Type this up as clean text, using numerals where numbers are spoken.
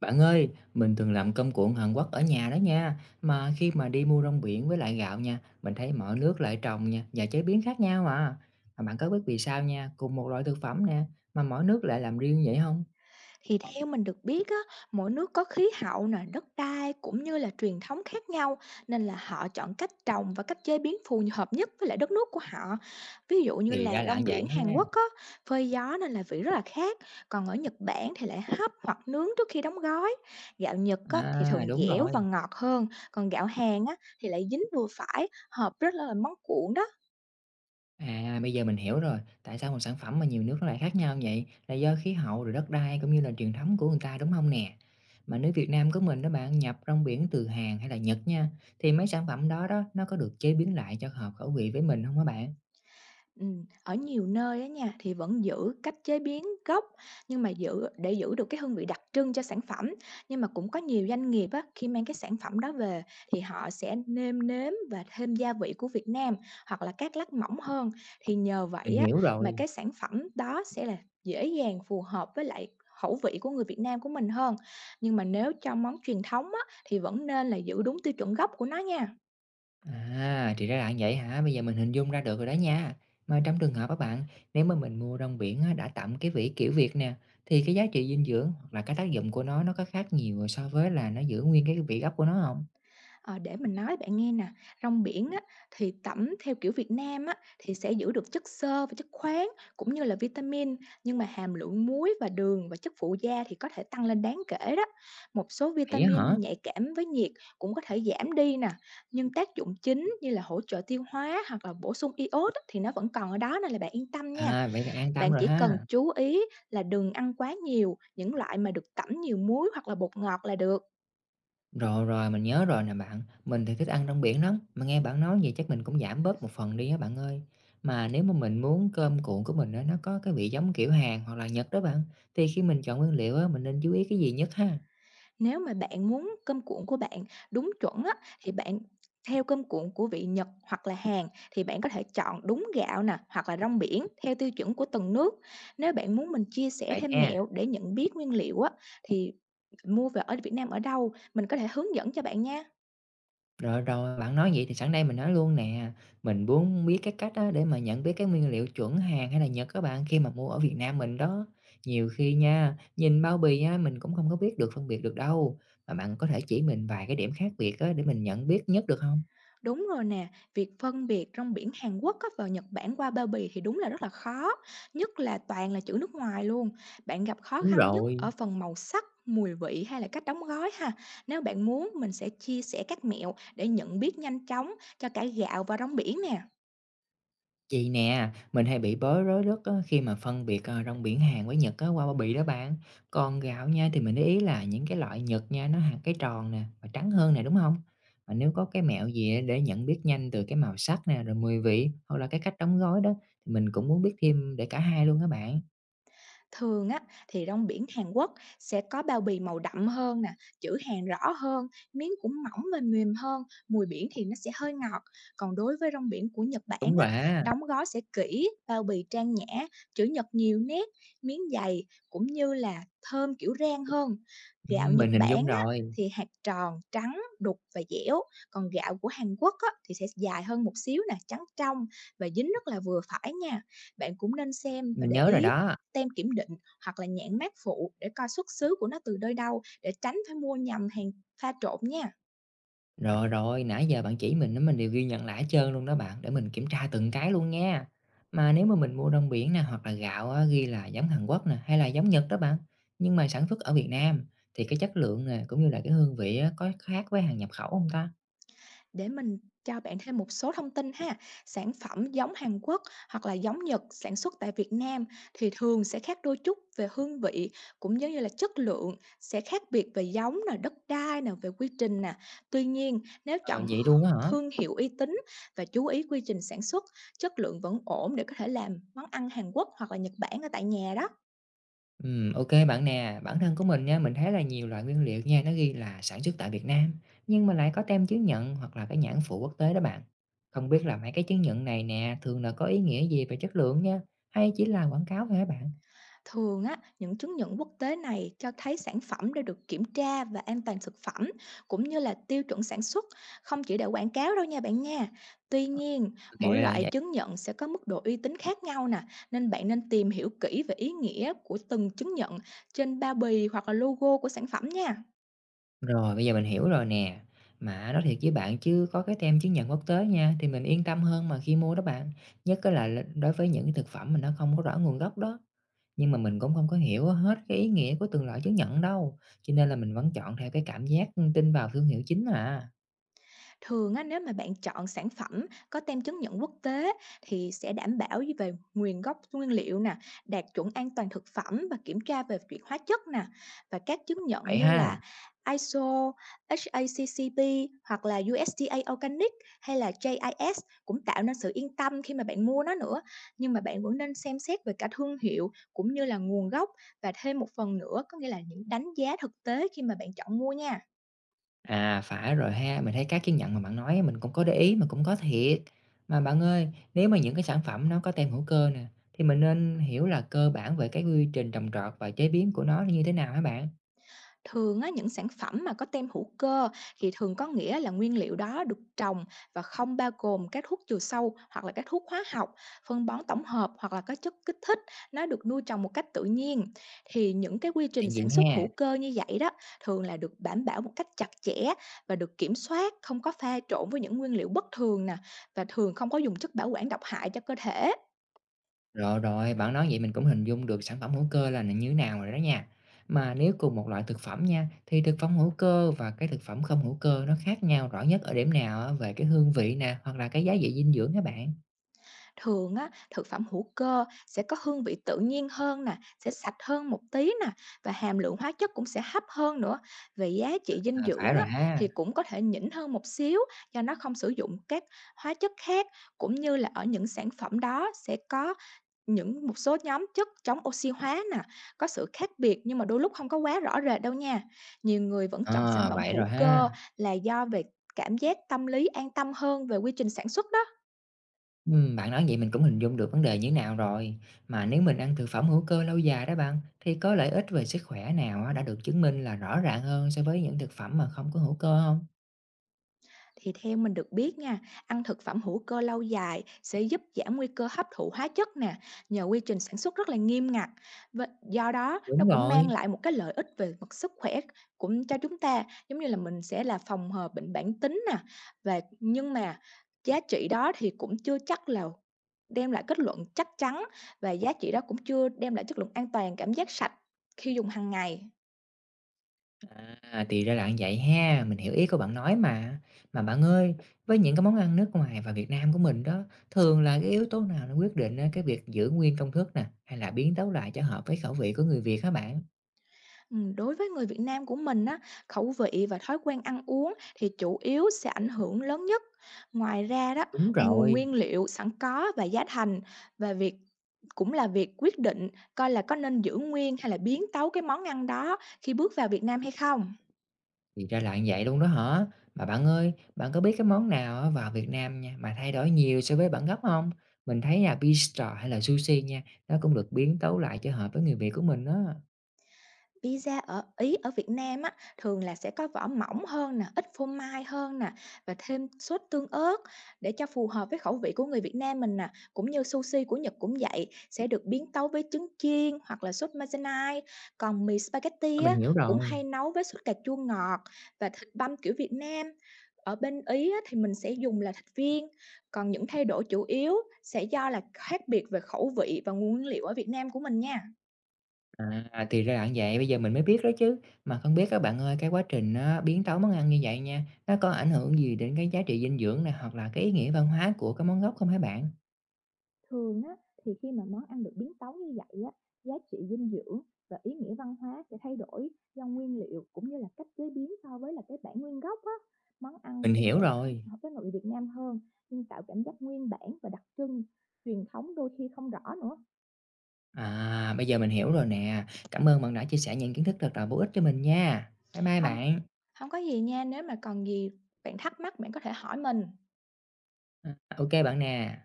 Bạn ơi, mình từng làm cơm cuộn Hàn Quốc ở nhà đó nha. Mà khi mà đi mua rong biển với lại gạo nha, mình thấy mỗi nước lại trồng nha và chế biến khác nhau mà. Mà bạn có biết vì sao nha, cùng một loại thực phẩm nè, mà mỗi nước lại làm riêng vậy không? Thì theo mình được biết á, mỗi nước có khí hậu nè, đất đai cũng như là truyền thống khác nhau nên là họ chọn cách trồng và cách chế biến phù hợp nhất với lại đất nước của họ. Ví dụ như Thì ra là là như rong vậy biển Hàn ha. Quốc á, phơi gió nên là vị rất là khác, còn ở Nhật Bản thì lại hấp hoặc nướng trước khi đóng gói. Gạo Nhật á, thì À, thường đúng dẻo rồi. và ngọt hơn, còn gạo Hàn á, thì lại dính vừa phải, hợp rất là món cuộn đó. À, bây giờ mình hiểu rồi, tại sao một sản phẩm mà nhiều nước nó lại khác nhau vậy? Là do khí hậu rồi đất đai cũng như là truyền thống của người ta đúng không nè? Mà nếu Việt Nam của mình đó bạn nhập rong biển từ Hàn hay là Nhật nha, thì mấy sản phẩm đó đó nó có được chế biến lại cho hợp khẩu vị với mình không các bạn? Ở nhiều nơi á nha, thì vẫn giữ cách chế biến gốc, nhưng mà để giữ được cái hương vị đặc trưng cho sản phẩm. Nhưng mà cũng có nhiều doanh nghiệp á, khi mang cái sản phẩm đó về thì họ sẽ nêm nếm và thêm gia vị của Việt Nam, hoặc là các lát mỏng hơn. Thì nhờ Mình vậy á, hiểu mà rồi. cái sản phẩm đó sẽ là dễ dàng phù hợp với lại khẩu vị của người Việt Nam của mình hơn. Nhưng mà nếu cho món truyền thống á, thì vẫn nên là giữ đúng tiêu chuẩn gốc của nó nha. À, thì ra là như vậy hả? Bây giờ mình hình dung ra được rồi đó nha. Mà trong trường hợp các bạn, nếu mà mình mua rong biển á, đã tẩm cái vị kiểu Việt nè, thì cái giá trị dinh dưỡng hoặc là cái tác dụng của nó có khác nhiều so với là nó giữ nguyên cái vị gốc của nó không? Ờ, để mình nói bạn nghe nè, rong biển á, thì tẩm theo kiểu Việt Nam á, thì sẽ giữ được chất xơ và chất khoáng cũng như là vitamin, nhưng mà hàm lượng muối và đường và chất phụ gia thì có thể tăng lên đáng kể đó. Một số Vậy á hả? vitamin nhạy cảm với nhiệt cũng có thể giảm đi nè, nhưng tác dụng chính như là hỗ trợ tiêu hóa hoặc là bổ sung iốt á, thì nó vẫn còn ở đó nên là bạn yên tâm nha. À, vậy thì an tâm Bạn rồi chỉ cần ha. chú ý là đừng ăn quá nhiều những loại mà được tẩm nhiều muối hoặc là bột ngọt là được. Rồi, rồi, mình nhớ rồi nè bạn. Mình thì thích ăn rong biển lắm. Mà nghe bạn nói vậy chắc mình cũng giảm bớt một phần đi á bạn ơi. Mà nếu mà mình muốn cơm cuộn của mình á, nó có cái vị giống kiểu Hàn hoặc là Nhật đó bạn, thì khi mình chọn nguyên liệu á, mình nên chú ý cái gì nhất ha? Nếu mà bạn muốn cơm cuộn của bạn đúng chuẩn á, thì bạn theo cơm cuộn của vị Nhật hoặc là Hàn thì bạn có thể chọn đúng gạo nè, hoặc là rong biển theo tiêu chuẩn của từng nước. Nếu bạn muốn mình chia sẻ Vậy thêm ha. mẹo để nhận biết nguyên liệu á, thì mua về ở Việt Nam ở đâu, mình có thể hướng dẫn cho bạn nha. Rồi, rồi, bạn nói vậy thì sẵn đây mình nói luôn nè, mình muốn biết cái cách á để mà nhận biết cái nguyên liệu chuẩn Hàn hay là Nhật các bạn, khi mà mua ở Việt Nam mình đó. Nhiều khi nha, nhìn bao bì á, mình cũng không có biết được, phân biệt được đâu, mà bạn có thể chỉ mình vài cái điểm khác biệt á để mình nhận biết nhất được không? Đúng rồi nè, việc phân biệt rong biển Hàn Quốc á, và Nhật Bản qua bao bì thì đúng là rất là khó, nhất là toàn là chữ nước ngoài luôn. Bạn gặp khó Đúng khăn nhất rồi. ở phần màu sắc, mùi vị hay là cách đóng gói ha? Nếu bạn muốn, mình sẽ chia sẻ các mẹo để nhận biết nhanh chóng cho cả gạo và rong biển nè. Chị nè, mình hay bị bối rối rất á, khi mà phân biệt rong biển Hàn với Nhật á, qua bao bì đó bạn. Còn gạo nha thì mình để ý là những cái loại Nhật nha nó hạt cái tròn nè và trắng hơn nè đúng không? Mà nếu có cái mẹo gì á để nhận biết nhanh từ cái màu sắc nè rồi mùi vị hoặc là cái cách đóng gói đó thì mình cũng muốn biết thêm để cả hai luôn các bạn. Thường á, thì rong biển Hàn Quốc sẽ có bao bì màu đậm hơn nè, chữ Hàn rõ hơn, miếng cũng mỏng và mềm hơn, mùi biển thì nó sẽ hơi ngọt. Còn đối với rong biển của Nhật Bản Đúng rồi á, á, đóng gói sẽ kỹ, bao bì trang nhã, chữ nhật nhiều nét, miếng dày cũng như là thơm kiểu rang hơn. ừ, Gạo Nhật mình hình dung Bản á, rồi, thì hạt tròn, trắng, đục và dẻo. Còn gạo của Hàn Quốc á, thì sẽ dài hơn một xíu nè, trắng trong và dính rất là vừa phải nha. Bạn cũng nên xem và mình để nhớ rồi ý đó. tem kiểm định hoặc là nhãn mác phụ để coi xuất xứ của nó từ nơi đâu để tránh phải mua nhầm hàng pha trộn nha. Rồi, rồi, nãy giờ bạn chỉ mình á, mình đều ghi nhận lại hết trơn luôn đó bạn, để mình kiểm tra từng cái luôn nha. Mà nếu mà mình mua rong biển nè, hoặc là gạo á, ghi là giống Hàn Quốc nè, hay là giống Nhật đó bạn, nhưng mà sản xuất ở Việt Nam thì cái chất lượng nè, cũng như là cái hương vị á, có khác với hàng nhập khẩu không ta? Để mình cho bạn thêm một số thông tin ha. Sản phẩm giống Hàn Quốc hoặc là giống Nhật sản xuất tại Việt Nam thì thường sẽ khác đôi chút về hương vị cũng giống như là chất lượng, sẽ khác biệt về giống nè, đất đai nè, về quy trình nè. Tuy nhiên, nếu Ờ, chọn vậy luôn á hả? thương hiệu uy tín và chú ý quy trình sản xuất, chất lượng vẫn ổn để có thể làm món ăn Hàn Quốc hoặc là Nhật Bản ở tại nhà đó. Ô bạn nè. Bản thân của mình nha, mình thấy là nhiều loại nguyên liệu nha, nó ghi là sản xuất tại Việt Nam, nhưng mà lại có tem chứng nhận hoặc là cái nhãn phụ quốc tế đó bạn. Không biết là mấy cái chứng nhận này nè, thường là có ý nghĩa gì về chất lượng nha, hay chỉ là quảng cáo thôi hả bạn? Thường á, những chứng nhận quốc tế này cho thấy sản phẩm đã được kiểm tra và an toàn thực phẩm cũng như là tiêu chuẩn sản xuất, không chỉ để quảng cáo đâu nha bạn nha. Tuy Ờ. nhiên, Thì mỗi ra là như loại vậy. chứng nhận sẽ có mức độ uy tín khác nhau nè, nên bạn nên tìm hiểu kỹ về ý nghĩa của từng chứng nhận trên bao bì hoặc là logo của sản phẩm nha. Rồi, bây giờ mình hiểu rồi nè. Mà nói thiệt với bạn chứ có cái tem chứng nhận quốc tế nha, thì mình yên tâm hơn mà khi mua đó bạn. Nhất á là đối với những cái thực phẩm mà nó không có rõ nguồn gốc đó. Nhưng mà mình cũng không có hiểu hết cái ý nghĩa của từng loại chứng nhận đâu, cho nên là mình vẫn chọn theo cái cảm giác, tin vào thương hiệu chính à. Thường á, nếu mà bạn chọn sản phẩm có tem chứng nhận quốc tế thì sẽ đảm bảo về nguồn gốc nguyên liệu nè, đạt chuẩn an toàn thực phẩm và kiểm tra về chuyện hóa chất nè. Và các chứng nhận Vậy như ha? là ISO, HACCP hoặc là USDA Organic hay là JIS cũng tạo nên sự yên tâm khi mà bạn mua nó nữa. Nhưng mà bạn vẫn nên xem xét về cả thương hiệu cũng như là nguồn gốc và thêm một phần nữa có nghĩa là những đánh giá thực tế khi mà bạn chọn mua nha. À, phải rồi ha, mình thấy các chứng nhận mà bạn nói mình cũng có để ý mà cũng có thiệt. Mà bạn ơi, nếu mà những cái sản phẩm nó có tem hữu cơ nè, thì mình nên hiểu là cơ bản về cái quy trình trồng trọt và chế biến của nó như thế nào hả bạn? Thường á, những sản phẩm mà có tem hữu cơ thì thường có nghĩa là nguyên liệu đó được trồng và không bao gồm các thuốc trừ sâu hoặc là các thuốc hóa học, phân bón tổng hợp hoặc là các chất kích thích, nó được nuôi trồng một cách tự nhiên. Thì những cái quy trình Tiện gì sản xuất ha? hữu cơ như vậy đó thường là được đảm bảo một cách chặt chẽ và được kiểm soát, không có pha trộn với những nguyên liệu bất thường nè và thường không có dùng chất bảo quản độc hại cho cơ thể. Rồi, rồi, bạn nói vậy mình cũng hình dung được sản phẩm hữu cơ là như thế nào rồi đó nha. Mà nếu cùng một loại thực phẩm nha, thì thực phẩm hữu cơ và cái thực phẩm không hữu cơ nó khác nhau rõ nhất ở điểm nào á, về cái hương vị nè, hoặc là cái giá trị dinh dưỡng các bạn? Thường á, thực phẩm hữu cơ sẽ có hương vị tự nhiên hơn nè, sẽ sạch hơn một tí nè và hàm lượng hóa chất cũng sẽ thấp hơn nữa. Về giá trị dinh À, phải dưỡng rồi á, ha. thì cũng có thể nhỉnh hơn một xíu do nó không sử dụng các hóa chất khác cũng như là ở những sản phẩm đó sẽ có một số nhóm chất chống oxy hóa nè, có sự khác biệt nhưng mà đôi lúc không có quá rõ rệt đâu nha. Nhiều người vẫn chọn sản Ờ, phẩm vậy rồi hữu ha. cơ là do về cảm giác tâm lý an tâm hơn về quy trình sản xuất đó. Bạn nói vậy mình cũng hình dung được vấn đề như thế nào rồi. Mà nếu mình ăn thực phẩm hữu cơ lâu dài đó bạn, thì có lợi ích về sức khỏe nào á, đã được chứng minh là rõ ràng hơn so với những thực phẩm mà không có hữu cơ không? Thì theo mình được biết nha, ăn thực phẩm hữu cơ lâu dài sẽ giúp giảm nguy cơ hấp thụ hóa chất nè, nhờ quy trình sản xuất rất là nghiêm ngặt. Và do đó nó Đúng cũng mang rồi. lại một cái lợi ích về mặt sức khỏe cũng cho chúng ta, giống như là mình sẽ là phòng hờ bệnh mãn tính nè. Nhưng mà giá trị đó thì cũng chưa chắc là đem lại kết luận chắc chắn và giá trị đó cũng chưa đem lại chất lượng an toàn, cảm giác sạch khi dùng hàng ngày. À, thì ra là như vậy ha, mình hiểu ý của bạn nói mà. Mà bạn ơi, với những cái món ăn nước ngoài và Việt Nam của mình đó, thường là cái yếu tố nào nó quyết định á, cái việc giữ nguyên công thức nè, hay là biến tấu lại cho hợp với khẩu vị của người Việt hả bạn? Đối với người Việt Nam của mình á, khẩu vị và thói quen ăn uống thì chủ yếu sẽ ảnh hưởng lớn nhất. Ngoài ra đó, Đúng nguồn rồi, nguyên liệu sẵn có và giá thành và việc quyết định coi là có nên giữ nguyên hay là biến tấu cái món ăn đó khi bước vào Việt Nam hay không. thì ra là như vậy luôn đó hả? Mà bạn ơi, bạn có biết cái món nào á, vào Việt Nam nha, mà thay đổi nhiều so với bản gốc không? Mình thấy là bistro hay là sushi nha, nó cũng được biến tấu lại cho hợp với người Việt của mình đó. Pizza ở Ý, ở Việt Nam á, thường là sẽ có vỏ mỏng hơn nè, ít phô mai hơn nè, và thêm sốt tương ớt để cho phù hợp với khẩu vị của người Việt Nam mình nè. Cũng như sushi của Nhật cũng vậy, sẽ được biến tấu với trứng chiên hoặc là sốt Maizena. Còn mì Ờ, spaghetti mình á, hiểu cũng rồi. hay nấu với sốt cà chua ngọt và thịt băm kiểu Việt Nam. Ở bên Ý á, thì mình sẽ dùng là thịt viên, còn những thay đổi chủ yếu sẽ do là khác biệt về khẩu vị và nguyên liệu ở Việt Nam của mình nha. À, thì ra là vậy, bây giờ mình mới biết đó chứ. Mà không biết các bạn ơi, cái quá trình nó biến tấu món ăn như vậy nha, nó có ảnh hưởng gì đến cái giá trị dinh dưỡng này hoặc là cái ý nghĩa văn hóa của cái món gốc không hả bạn? Thường á, thì khi mà món ăn được biến tấu như vậy á, giá trị dinh dưỡng và ý nghĩa văn hóa sẽ thay đổi do nguyên liệu cũng như là cách chế biến so với là cái bản nguyên gốc á. Món ăn Mình sẽ hiểu dễ rồi. hợp với nội Việt Nam hơn, nhưng tạo cảm giác nguyên bản và đặc trưng truyền thống đôi khi không rõ nữa. À, bây giờ mình hiểu rồi nè. Cảm ơn bạn đã chia sẻ những kiến thức thật là bổ ích cho mình nha. Bye bye Không, bạn. không có gì nha, nếu mà còn gì bạn thắc mắc bạn có thể hỏi mình. À, ok bạn nè.